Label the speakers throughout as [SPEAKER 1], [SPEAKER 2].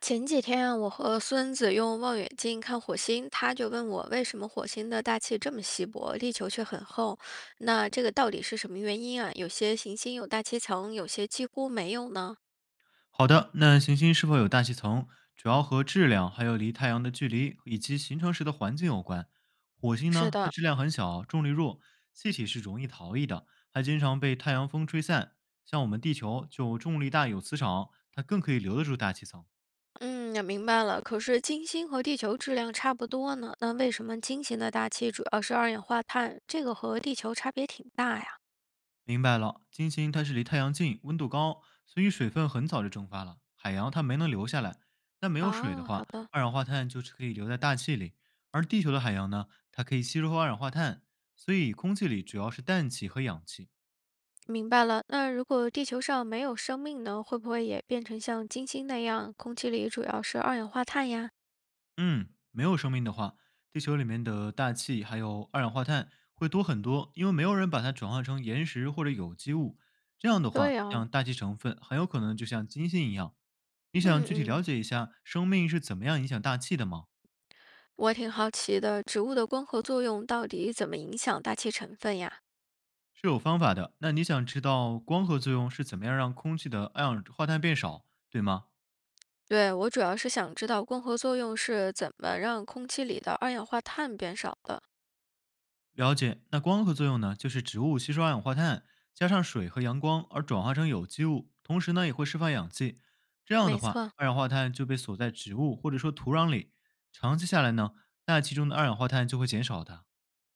[SPEAKER 1] 前几天啊我和孙子用望远镜看火星，他就问我为什么火星的大气这么稀薄，地球却很厚。那这个到底是什么原因啊？有些行星有大气层，有些几乎没有呢？
[SPEAKER 2] 好的，那行星是否有大气层，主要和质量、还有离太阳的距离以及形成时的环境有关。火星
[SPEAKER 1] 是
[SPEAKER 2] 呢，它
[SPEAKER 1] 的，
[SPEAKER 2] 质量很小，重力弱，气体是容易逃逸的，还经常被太阳风吹散。像我们地球就重力大，有磁场，它更可以留得住大气层。
[SPEAKER 1] 嗯，明白了。可是金星和地球质量差不多呢，那为什么金星的大气主要是二氧化碳？这个和地球差别挺大呀。
[SPEAKER 2] 明白了，金星它是离太阳近，温度高，所以水分很早就蒸发了，海洋它没能留下来。那没有水的
[SPEAKER 1] 哦，好
[SPEAKER 2] 话，
[SPEAKER 1] 的，
[SPEAKER 2] 二氧化碳就是可以留在大气里，而地球的海洋呢，它可以吸收二氧化碳，所以空气里主要是氮气和氧气。
[SPEAKER 1] 明白了，那如果地球上没有生命呢，会不会也变成像金星那样，空气里主要是二氧化碳呀？
[SPEAKER 2] 嗯，没有生命的话，地球里面的大气还有二氧化碳会多很多，因为没有人把它转化成岩石或者有机物。这样的话，
[SPEAKER 1] 对哦，
[SPEAKER 2] 像大气成分很有可能就像金星一样。你想
[SPEAKER 1] 嗯
[SPEAKER 2] 具体
[SPEAKER 1] 嗯，
[SPEAKER 2] 了解一下生命是怎么样影响大气的吗？
[SPEAKER 1] 我挺好奇的，植物的光合作用到底怎么影响大气成分呀？
[SPEAKER 2] 是有方法的。那你想知道光合作用是怎么样让空气的二氧化碳变少，对吗？
[SPEAKER 1] 对，我主要是想知道光合作用是怎么让空气里的二氧化碳变少的。
[SPEAKER 2] 了解，那光合作用呢，就是植物吸收二氧化碳，加上水和阳光，而转化成有机物，同时呢也会释放氧气。这样的
[SPEAKER 1] 没
[SPEAKER 2] 话，
[SPEAKER 1] 错，
[SPEAKER 2] 二氧化碳就被锁在植物或者说土壤里，长期下来呢，大气中的二氧化碳就会减少的。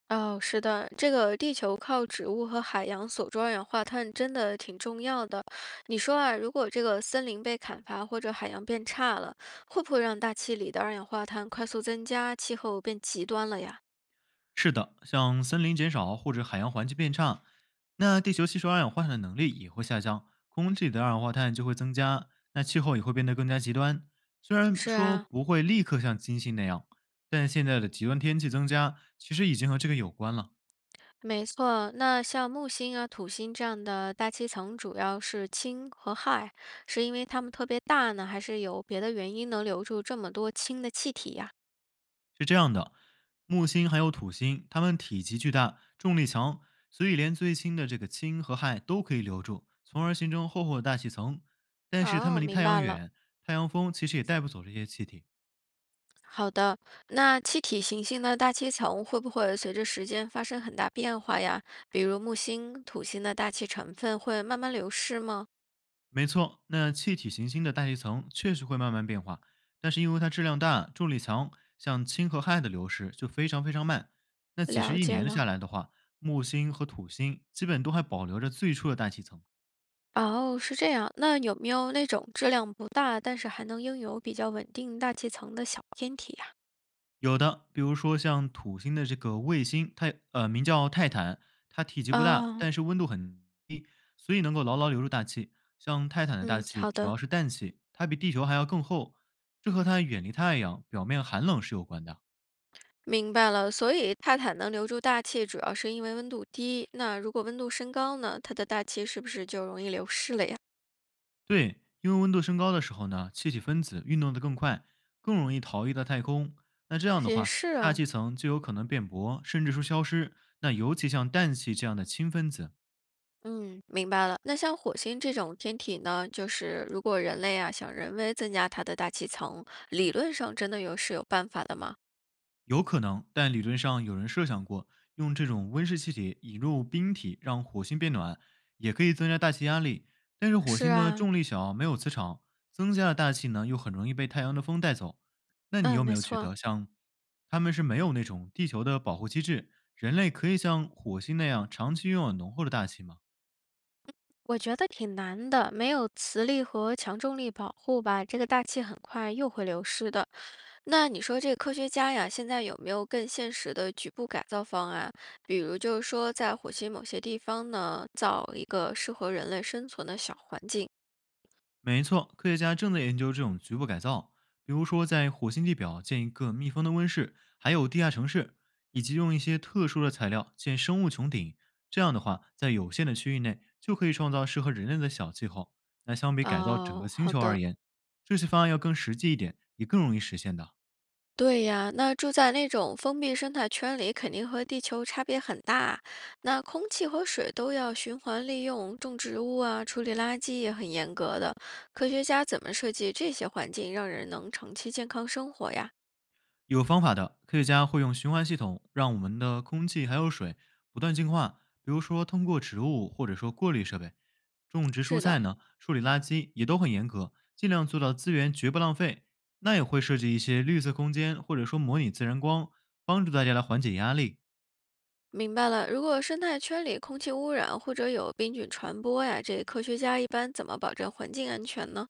[SPEAKER 1] 哦，是的，这个地球靠植物和海洋锁住二氧化碳真的挺重要的。你说啊，如果这个森林被砍伐或者海洋变差了，会不会让大气里的二氧化碳快速增加，气候变极端了呀？
[SPEAKER 2] 是的，像森林减少或者海洋环境变差，那地球吸收二氧化碳的能力也会下降，空气里的二氧化碳就会增加，那气候也会变得更加极端。虽然
[SPEAKER 1] 是
[SPEAKER 2] 说
[SPEAKER 1] 啊，
[SPEAKER 2] 不会立刻像金星那样，但现在的极端天气增加其实已经和这个有关了。
[SPEAKER 1] 没错，那像木星啊、土星这样的大气层，主要是氢和氦，是因为它们特别大呢，还是有别的原因能留住这么多氢的气体呀？
[SPEAKER 2] 是这样的，木星还有土星，它们体积巨大，重力强，所以连最轻的这个氢和氦都可以留住，从而形成厚厚的大气层。但是它
[SPEAKER 1] 哦，
[SPEAKER 2] 们离
[SPEAKER 1] 明
[SPEAKER 2] 太
[SPEAKER 1] 白
[SPEAKER 2] 阳
[SPEAKER 1] 了。
[SPEAKER 2] 远，太阳风其实也带不走这些气体。
[SPEAKER 1] 好的，那气体行星的大气层会不会随着时间发生很大变化呀？比如木星、土星的大气成分会慢慢流失吗？
[SPEAKER 2] 没错，那气体行星的大气层确实会慢慢变化，但是因为它质量大、重力强，像氢和氦的流失就非常非常慢。那几十
[SPEAKER 1] 了
[SPEAKER 2] 亿
[SPEAKER 1] 解
[SPEAKER 2] 年的
[SPEAKER 1] 了。
[SPEAKER 2] 下来的话，木星和土星基本都还保留着最初的大气层。
[SPEAKER 1] 哦，是这样。那有没有那种质量不大，但是还能拥有比较稳定大气层的小天体呀？
[SPEAKER 2] 有的，比如说像土星的这个卫星，它名叫泰坦，它体积不大，
[SPEAKER 1] 哦，
[SPEAKER 2] 但是温度很，所以能够牢牢留住大气。像泰坦的大
[SPEAKER 1] 嗯，
[SPEAKER 2] 气
[SPEAKER 1] 好
[SPEAKER 2] 主
[SPEAKER 1] 的，
[SPEAKER 2] 要是氮气，它比地球还要更厚，这和它远离太阳、表面寒冷是有关的。
[SPEAKER 1] 明白了。所以泰坦能留住大气，主要是因为温度低。那如果温度升高呢，它的大气是不是就容易流失了呀？
[SPEAKER 2] 对，因为温度升高的时候呢，气体分子运动得更快，更容易逃逸到太空。那这样的
[SPEAKER 1] 也
[SPEAKER 2] 话，
[SPEAKER 1] 是
[SPEAKER 2] 大
[SPEAKER 1] 啊，
[SPEAKER 2] 气层就有可能变薄，甚至说消失。那尤其像氮气这样的氢分子，
[SPEAKER 1] 嗯，明白了。那像火星这种天体呢，就是如果人类啊想人为增加它的大气层，理论上真的有是有办法的吗？
[SPEAKER 2] 有可能，但理论上有人设想过，用这种温室气体引入冰体，让火星变暖，也可以增加大气压力。但是火
[SPEAKER 1] 是
[SPEAKER 2] 星的
[SPEAKER 1] 啊，
[SPEAKER 2] 重力小，没有磁场，增加了大气呢，又很容易被太阳的风带走。那你
[SPEAKER 1] 嗯，
[SPEAKER 2] 有没
[SPEAKER 1] 没
[SPEAKER 2] 有觉
[SPEAKER 1] 错，
[SPEAKER 2] 得，像他们是没有那种地球的保护机制，人类可以像火星那样长期拥有浓厚的大气吗？
[SPEAKER 1] 我觉得挺难的，没有磁力和强重力保护吧，这个大气很快又会流失的。那你说这个科学家呀，现在有没有更现实的局部改造方案？比如就是说，在火星某些地方呢，造一个适合人类生存的小环境。
[SPEAKER 2] 没错，科学家正在研究这种局部改造，比如说在火星地表建一个密封的温室，还有地下城市，以及用一些特殊的材料建生物穹顶。这样的话，在有限的区域内就可以创造适合人类的小气候。那相比改造整个
[SPEAKER 1] 哦，
[SPEAKER 2] 星
[SPEAKER 1] 好
[SPEAKER 2] 球
[SPEAKER 1] 的，
[SPEAKER 2] 而言，这些方案要更实际一点，也更容易实现的。
[SPEAKER 1] 对呀，那住在那种封闭生态圈里，肯定和地球差别很大。那空气和水都要循环利用，种植物啊，处理垃圾也很严格的。科学家怎么设计这些环境，让人能长期健康生活呀？
[SPEAKER 2] 有方法的，科学家会用循环系统让我们的空气还有水不断净化，比如说通过植物或者说过滤设备。种植蔬
[SPEAKER 1] 是的。
[SPEAKER 2] 菜呢，处理垃圾也都很严格，尽量做到资源绝不浪费。那也会设计一些绿色空间，或者说模拟自然光，帮助大家来缓解压力。
[SPEAKER 1] 明白了，如果生态圈里空气污染或者有病菌传播呀，这科学家一般怎么保证环境安全呢？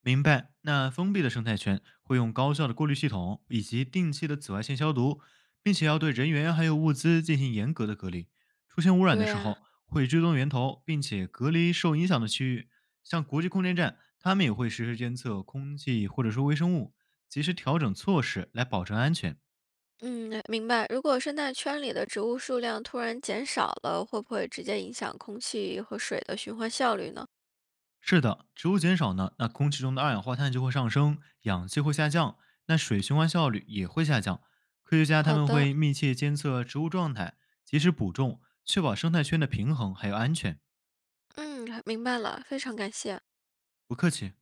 [SPEAKER 2] 明白。那封闭的生态圈会用高效的过滤系统以及定期的紫外线消毒，并且要对人员还有物资进行严格的隔离。出现污染
[SPEAKER 1] 对
[SPEAKER 2] 的时
[SPEAKER 1] 呀、
[SPEAKER 2] 候，会追踪源头，并且隔离受影响的区域。像国际空间站，他们也会实时监测空气或者说微生物，及时调整措施来保证安全。
[SPEAKER 1] 嗯，明白。如果生态圈里的植物数量突然减少了，会不会直接影响空气和水的循环效率呢？
[SPEAKER 2] 是的，植物减少呢，那空气中的二氧化碳就会上升，氧气会下降，那水循环效率也会下降。科学家他
[SPEAKER 1] 好
[SPEAKER 2] 们
[SPEAKER 1] 的，
[SPEAKER 2] 会密切监测植物状态，及时补种，确保生态圈的平衡还有安全。
[SPEAKER 1] 嗯，明白了，非常感谢。
[SPEAKER 2] 不客气。